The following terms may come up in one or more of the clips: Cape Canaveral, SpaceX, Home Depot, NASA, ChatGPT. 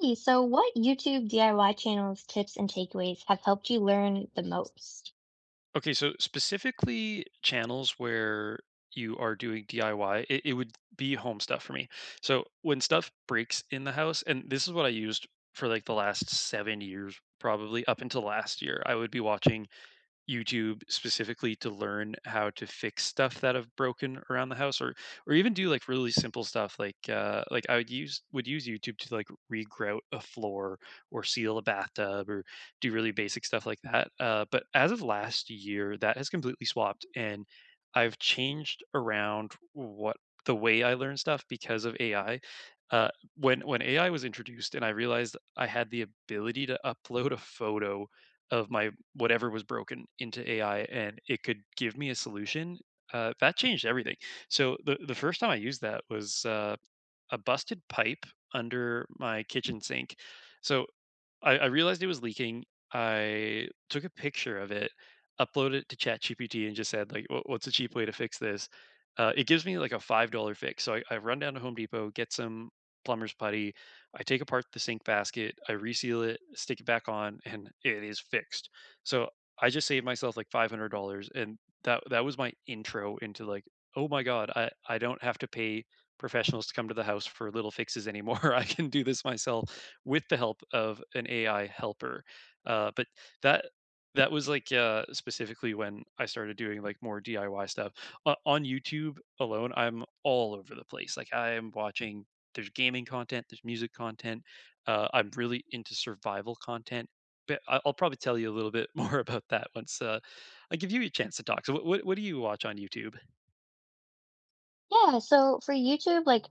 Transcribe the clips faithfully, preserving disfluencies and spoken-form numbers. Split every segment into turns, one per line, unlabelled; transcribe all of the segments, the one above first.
Hey, So, what YouTube D I Y channels, tips, and takeaways have helped you learn the most?
Okay, so specifically channels where you are doing D I Y, it, it would be home stuff for me. So when stuff breaks in the house, and this is what I used for like the last seven years, probably up until last year, I would be watching YouTube specifically to learn how to fix stuff that have broken around the house or or even do like really simple stuff like uh like I would use would use YouTube to like regrout a floor or seal a bathtub or do really basic stuff like that. Uh but as of last year that has completely swapped and I've changed around what the way I learn stuff because of A I. Uh, when when A I was introduced, and I realized I had the ability to upload a photo of my whatever was broken into A I and it could give me a solution. Uh, that changed everything. So the the first time I used that was uh, a busted pipe under my kitchen sink. So I, I realized it was leaking. I took a picture of it, uploaded it to ChatGPT, and just said, like, "What- what's a cheap way to fix this?" Uh, it gives me like a five dollars fix. So I, I run down to Home Depot, get some plumber's putty. I take apart the sink basket, I reseal it, stick it back on, and it is fixed. So I just saved myself like five hundred dollars. And that, that was my intro into, like, oh my God, I, I don't have to pay professionals to come to the house for little fixes anymore. I can do this myself with the help of an A I helper. Uh, but that that was like uh, specifically when I started doing like more D I Y stuff uh, on YouTube alone. I'm all over the place. Like I am watching. There's gaming content. There's music content. Uh, I'm really into survival content. But I- I'll probably tell you a little bit more about that once uh, I give you a chance to talk. So, what, what, what do you watch on YouTube?
Yeah, so for YouTube, like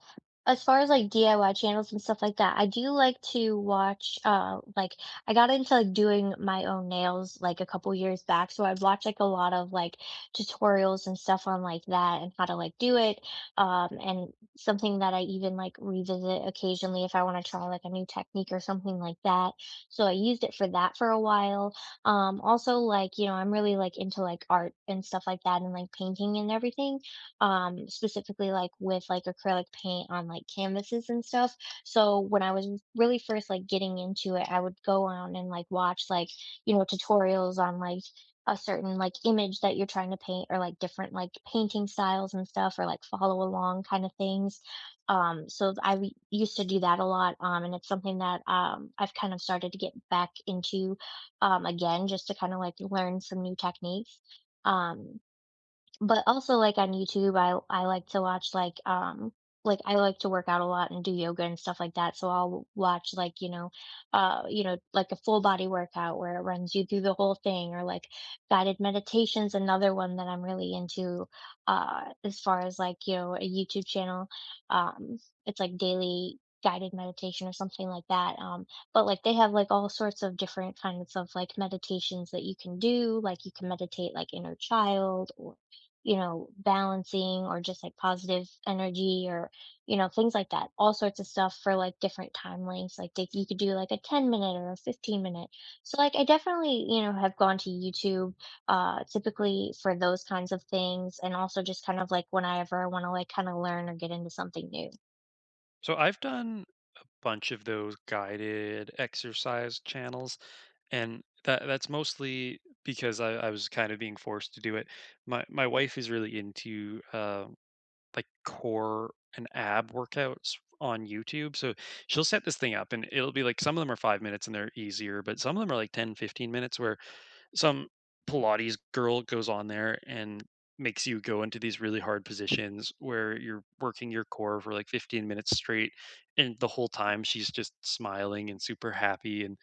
as far as like D I Y channels and stuff like that, I do like to watch uh like I got into like doing my own nails like a couple years back. So I'd watch like a lot of like tutorials and stuff on like that and how to like do it. Um and something that I even like revisit occasionally if I want to try like a new technique or something like that. So I used it for that for a while. Um also, like, you know, I'm really like into like art and stuff like that and like painting and everything, um, specifically like with like acrylic paint on like canvases and stuff. So when I was really first like getting into it, I would go on and like watch, like, you know, tutorials on like a certain like image that you're trying to paint or like different like painting styles and stuff or like follow along kind of things. Um, so I re- used to do that a lot. Um, and it's something that, um, I've kind of started to get back into, um, again just to kind of like learn some new techniques. Um, but also, like, on YouTube, I I like to watch, like, um like, I like to work out a lot and do yoga and stuff like that, so I'll w watch, like, you know, uh, you know, like, a full body workout where it runs you through the whole thing or, like, guided meditation's another one that I'm really into, uh, as far as, like, you know, a YouTube channel. Um, it's, like, daily guided meditation or something like that, um, but, like, they have, like, all sorts of different kinds of, like, meditations that you can do, like, you can meditate, like, inner child or, you know, balancing or just like positive energy or, you know, things like that. All sorts of stuff for like different time lengths. Like they, you could do like a ten minute or a fifteen minute. So like I definitely, you know, have gone to YouTube uh typically for those kinds of things and also just kind of like whenever I want to like kind of learn or get into something new.
So, I've done bunch of those guided exercise channels, and that that's mostly because I, I was kind of being forced to do it. My my wife is really into uh, like core and ab workouts on YouTube, so she'll set this thing up, and it'll be like some of them are five minutes and they're easier, but some of them are like ten fifteen minutes where some Pilates girl goes on there and makes you go into these really hard positions where you're working your core for like fifteen minutes straight, and the whole time she's just smiling and super happy, and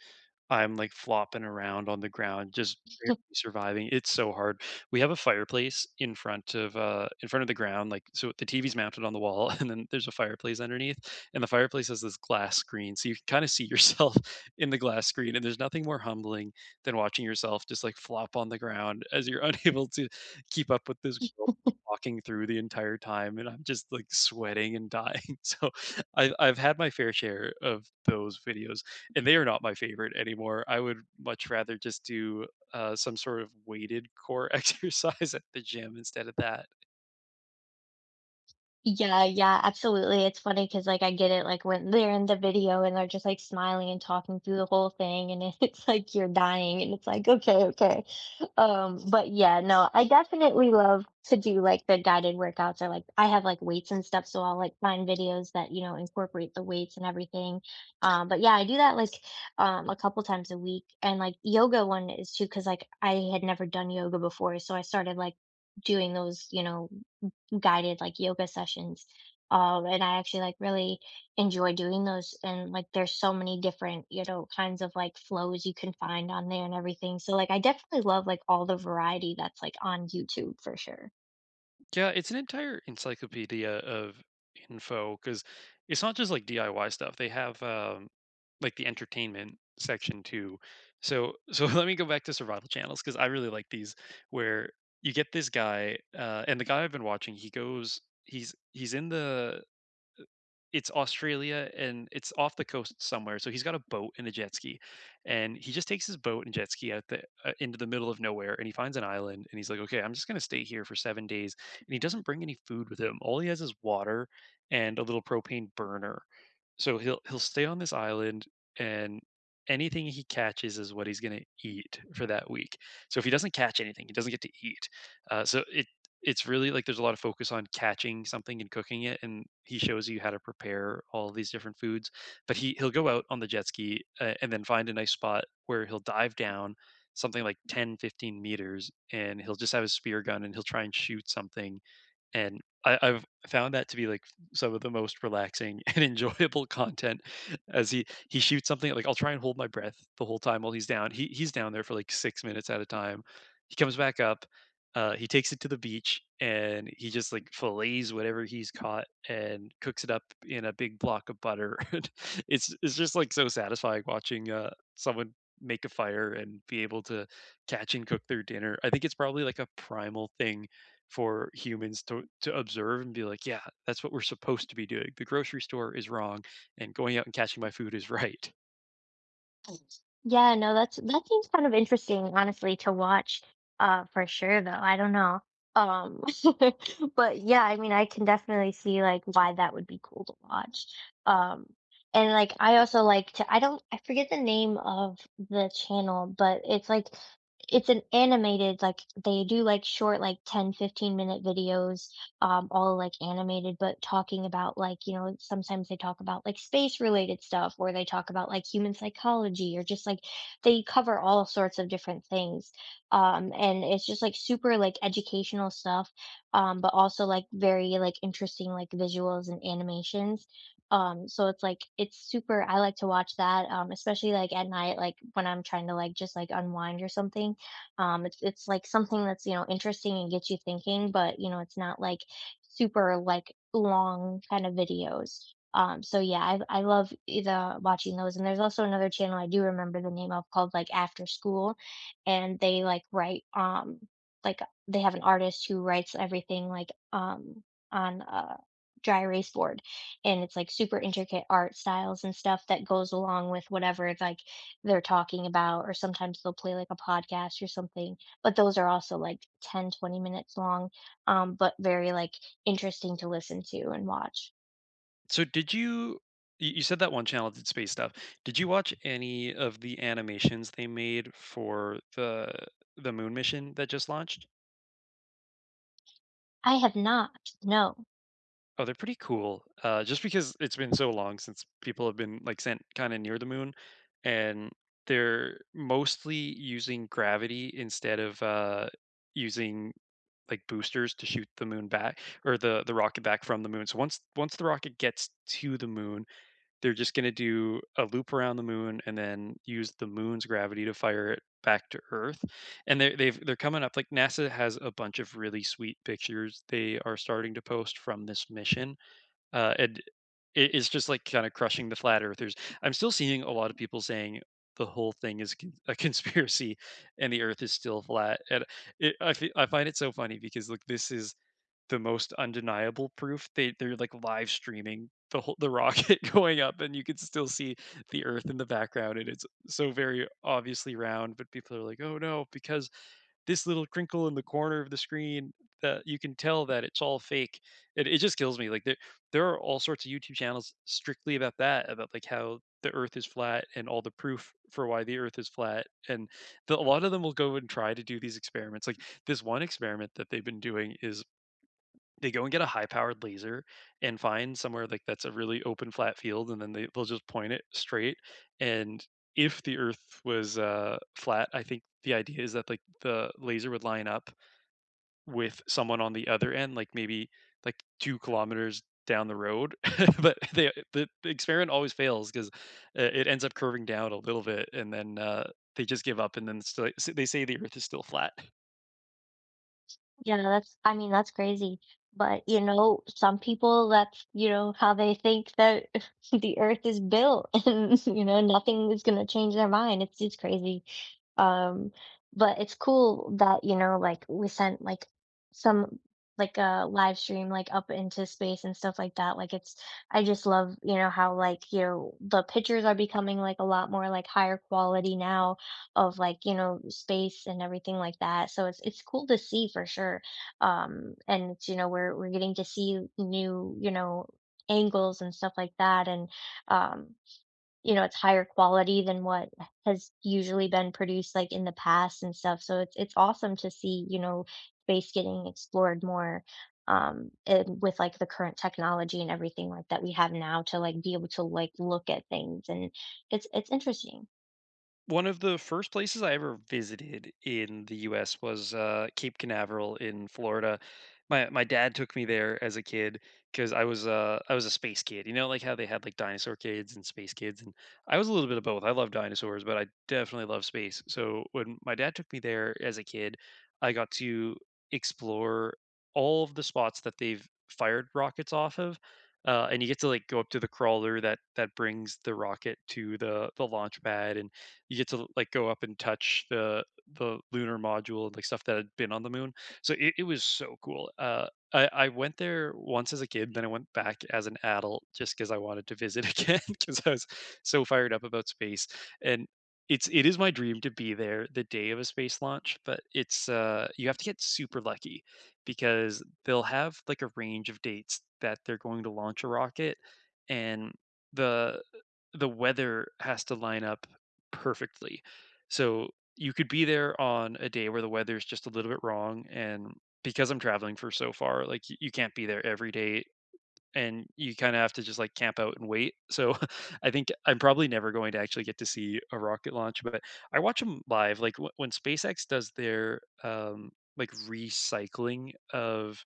I'm, like, flopping around on the ground, just barely surviving. It's so hard. We have a fireplace in front of, uh in front of the ground, like, so the T V's mounted on the wall, and then there's a fireplace underneath, and the fireplace has this glass screen, so you can kinda see yourself in the glass screen, and there's nothing more humbling than watching yourself just, like, flop on the ground as you're unable to keep up with this girl walking through the entire time, and I'm just, like, sweating and dying. So I've I've had my fair share of those videos and they are not my favorite anymore. I would much rather just do uh, some sort of weighted core exercise at the gym instead of that.
Yeah, yeah, absolutely. It's funny because like, I get it, like, when they're in the video and they're just, like, smiling and talking through the whole thing, and it's like you're dying, and it's like, "Okay, okay." Um, but yeah, no, I definitely love to do, like, the guided workouts, or like I have, like, weights and stuff, so I'll, like, find videos that, you know, incorporate the weights and everything. Um, but yeah, I do that, like, um, a couple times a week, and, like, yoga one is too because like, I had never done yoga before, so I started, like, doing those, you know, guided like yoga sessions. Um, and I actually like really enjoy doing those. And like, there's so many different, you know, kinds of like flows you can find on there and everything. So like, I definitely love like all the variety that's like on YouTube for sure.
Yeah, it's an entire encyclopedia of info because it's not just like D I Y stuff. They have um, like the entertainment section too. So, so let me go back to survival channels because I really like these where you get this guy uh, and the guy I've been watching. He goes, he's he's in the It's Australia, and it's off the coast somewhere, so he's got a boat and a jet ski, and he just takes his boat and jet ski out the uh, into the middle of nowhere, and he finds an island, and he's like, "Okay, I'm just gonna stay here for seven days," and he doesn't bring any food with him. All he has is water and a little propane burner, so he'll he'll stay on this island and anything he catches is what he's gonna eat for that week. So if he doesn't catch anything, he doesn't get to eat. Uh, so it it's really like there's a lot of focus on catching something and cooking it, and he shows you how to prepare all these different foods. But he he'll go out on the jet ski uh, and then find a nice spot where he'll dive down something like ten fifteen meters, and he'll just have his spear gun and he'll try and shoot something. And I I've found that to be, like, some of the most relaxing and enjoyable content, as he he shoots something, like, I'll try and hold my breath the whole time while he's down. He he's down there for, like, six minutes at a time. He comes back up, uh, he takes it to the beach, and he just, like, fillets whatever he's caught and cooks it up in a big block of butter. And It's it's just, like, so satisfying watching, uh, someone make a fire and be able to catch and cook their dinner. I think it's probably, like, a primal thing for humans to to observe and be like, yeah, that's what we're supposed to be doing. The grocery store is wrong, and going out and catching my food is right.
Yeah, no, that's that seems kind of interesting, honestly, to watch, uh, for sure though. I don't know. Um, but yeah, I mean, I can definitely see like why that would be cool to watch. Um, and like I also like to I don't I forget the name of the channel, but it's like it's an animated like they do like short like ten, fifteen minute videos, um, all like animated, but talking about like, you know, sometimes they talk about like space related stuff or they talk about like human psychology or just like they cover all sorts of different things. Um, and it's just like super like educational stuff, um, but also like very like interesting like visuals and animations. Um, so it's like it's super I like to watch that, um, especially like at night, like when I'm trying to like just like unwind or something. um it's it's like something that's, you know, interesting and gets you thinking, but you know it's not like super, like, long kind of videos. Um, so yeah, I I love e the watching those, and there's also another channel I do remember the name of called, like, After School, and they, like, write, um, like, they have an artist who writes everything, like, um, on a dry erase board, and it's, like, super intricate art styles and stuff that goes along with whatever, like, they're talking about, or sometimes they'll play, like, a podcast or something, but those are also, like, ten twenty minutes long, um, but very, like, interesting to listen to and watch.
So, did you? You you said that one channel did space stuff. Did you watch any of the animations they made for the the moon mission that just launched?
I have not, no.
Oh, they're pretty cool. Uh, just because it's been so long since people have been like sent kind of near the moon, and they're mostly using gravity instead of uh, using like boosters to shoot the moon back or the the rocket back from the moon. So once once the rocket gets to the moon, they're just going to do a loop around the moon and then use the moon's gravity to fire it back to Earth. And they they've they're coming up, like, NASA has a bunch of really sweet pictures they are starting to post from this mission. Uh, and it, it's just like kind of crushing the flat earthers. I'm still seeing a lot of people saying the whole thing is con- a conspiracy and the earth is still flat. And it, I, fe- I find it so funny because like this is the most undeniable proof. They they're like live streaming the whole, the rocket going up and you can still see the earth in the background, and it's so very obviously round, but people are like, oh no, because this little crinkle in the corner of the screen that you can tell that it's all fake. It it just kills me. Like there there are all sorts of YouTube channels strictly about that, about like how the earth is flat and all the proof for why the earth is flat. And the, a lot of them will go and try to do these experiments. Like this one experiment that they've been doing is they go and get a high powered laser and find somewhere like that's a really open flat field, and then they, they'll just point it straight, and if the earth was uh, flat, I think the idea is that like the laser would line up with someone on the other end, like maybe like two kilometers down the road, but they, the, the experiment always fails because it ends up curving down a little bit, and then uh, they just give up, and then it's still, they say the earth is still flat.
Yeah, that's I mean, that's crazy, but, you know, some people, that's, you know, how they think that the earth is built and, you know, nothing is gonna change their mind. It's it's crazy. Um, but it's cool that, you know, like, we sent, like, some like, a live stream, like, up into space and stuff like that, like, it's I just love, you know, how, like, you know, the pictures are becoming, like, a lot more, like, higher quality now of, like, you know, space and everything like that, so it's it's cool to see for sure, um, and it's, you know, we're we're getting to see new, you know, angles and stuff like that, and, um you know, it's higher quality than what has usually been produced, like, in the past and stuff, so it's it's awesome to see, you know, space getting explored more, um, and with, like, the current technology and everything like that we have now to, like, be able to, like, look at things, and it's it's interesting.
One of the first places I ever visited in the U S was, uh, Cape Canaveral in Florida. My my dad took me there as a kid because I was a I was a space kid, you know, like, how they had, like, dinosaur kids and space kids, and I was a little bit of both. I love dinosaurs, but I definitely love space. So, when my dad took me there as a kid, I got to explore all of the spots that they've fired rockets off of, uh, and you get to, like, go up to the crawler that that brings the rocket to the the launch pad, and you get to like go up and touch the the lunar module and like stuff that had been on the moon. So it, it was so cool. Uh, I, I went there once as a kid, then I went back as an adult just because I wanted to visit again because I was so fired up about space. And it's it is my dream to be there the day of a space launch, but it's uh you have to get super lucky because they'll have like a range of dates that they're going to launch a rocket, and the the weather has to line up perfectly. So you could be there on a day where the weather's just a little bit wrong, and because I'm traveling for so far, like y- you can't be there every day and you kind of have to just like camp out and wait. So I think I'm probably never going to actually get to see a rocket launch, but I watch them live. Like wh- when SpaceX does their um, like recycling of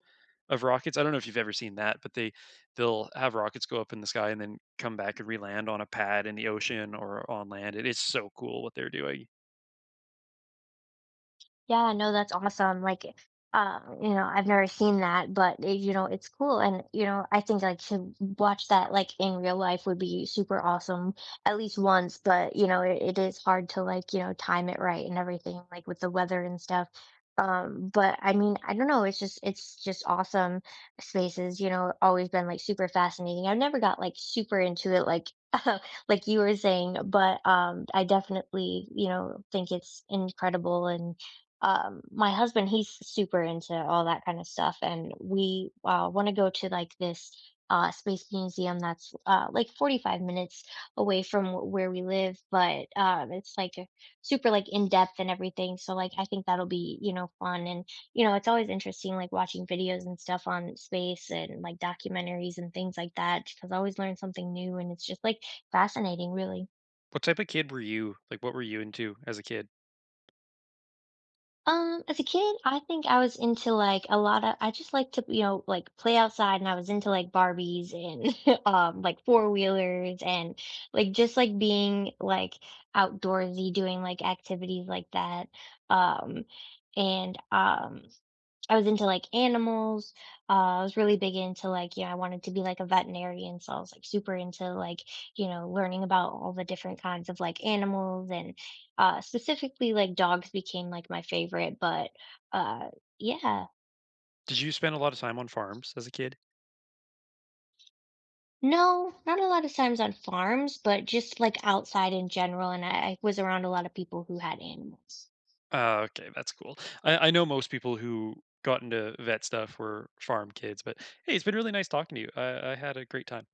of rockets. I don't know if you've ever seen that, but they they'll have rockets go up in the sky and then come back and re-land on a pad in the ocean or on land. It is so cool what they're doing.
Yeah, no, that's awesome. Like, um, you know, I've never seen that, but it, you know, it's cool. And, you know, I think like to watch that like in real life would be super awesome at least once, but you know, it, it is hard to like, you know, time it right and everything, like with the weather and stuff. Um, but I mean, I don't know, it's just it's just awesome spaces, you know, always been like super fascinating. I've never got like super into it like like you were saying, but um I definitely, you know, think it's incredible. And um my husband, he's super into all that kind of stuff, and we, uh, want to go to like this uh space museum that's uh like forty-five minutes away from wh- where we live, but um it's like a- super like in depth and everything, so like I think that'll be, you know, fun. And you know it's always interesting like watching videos and stuff on space and like documentaries and things like that because I always learn something new and it's just like fascinating really.
What type of kid were you? Like what were you into as a kid?
Um, as a kid, I think I was into like a lot of I just like to, you know, like play outside, and I was into like Barbies and um like four-wheelers and like just like being like outdoorsy, doing like activities like that. Um and um I was into like animals. Uh, I was really big into like, you know, I wanted to be like a veterinarian. So I was like super into like, you know, learning about all the different kinds of like animals, and, uh, specifically like dogs became like my favorite. But uh, yeah,
Did you spend a lot of time on farms as a kid?
no, not a lot of times on farms, but just like outside in general. And I, I was around a lot of people who had animals.
Oh, okay, that's cool. I I know most people who got into vet stuff were farm kids, but hey, it's been really nice talking to you. I I had a great time.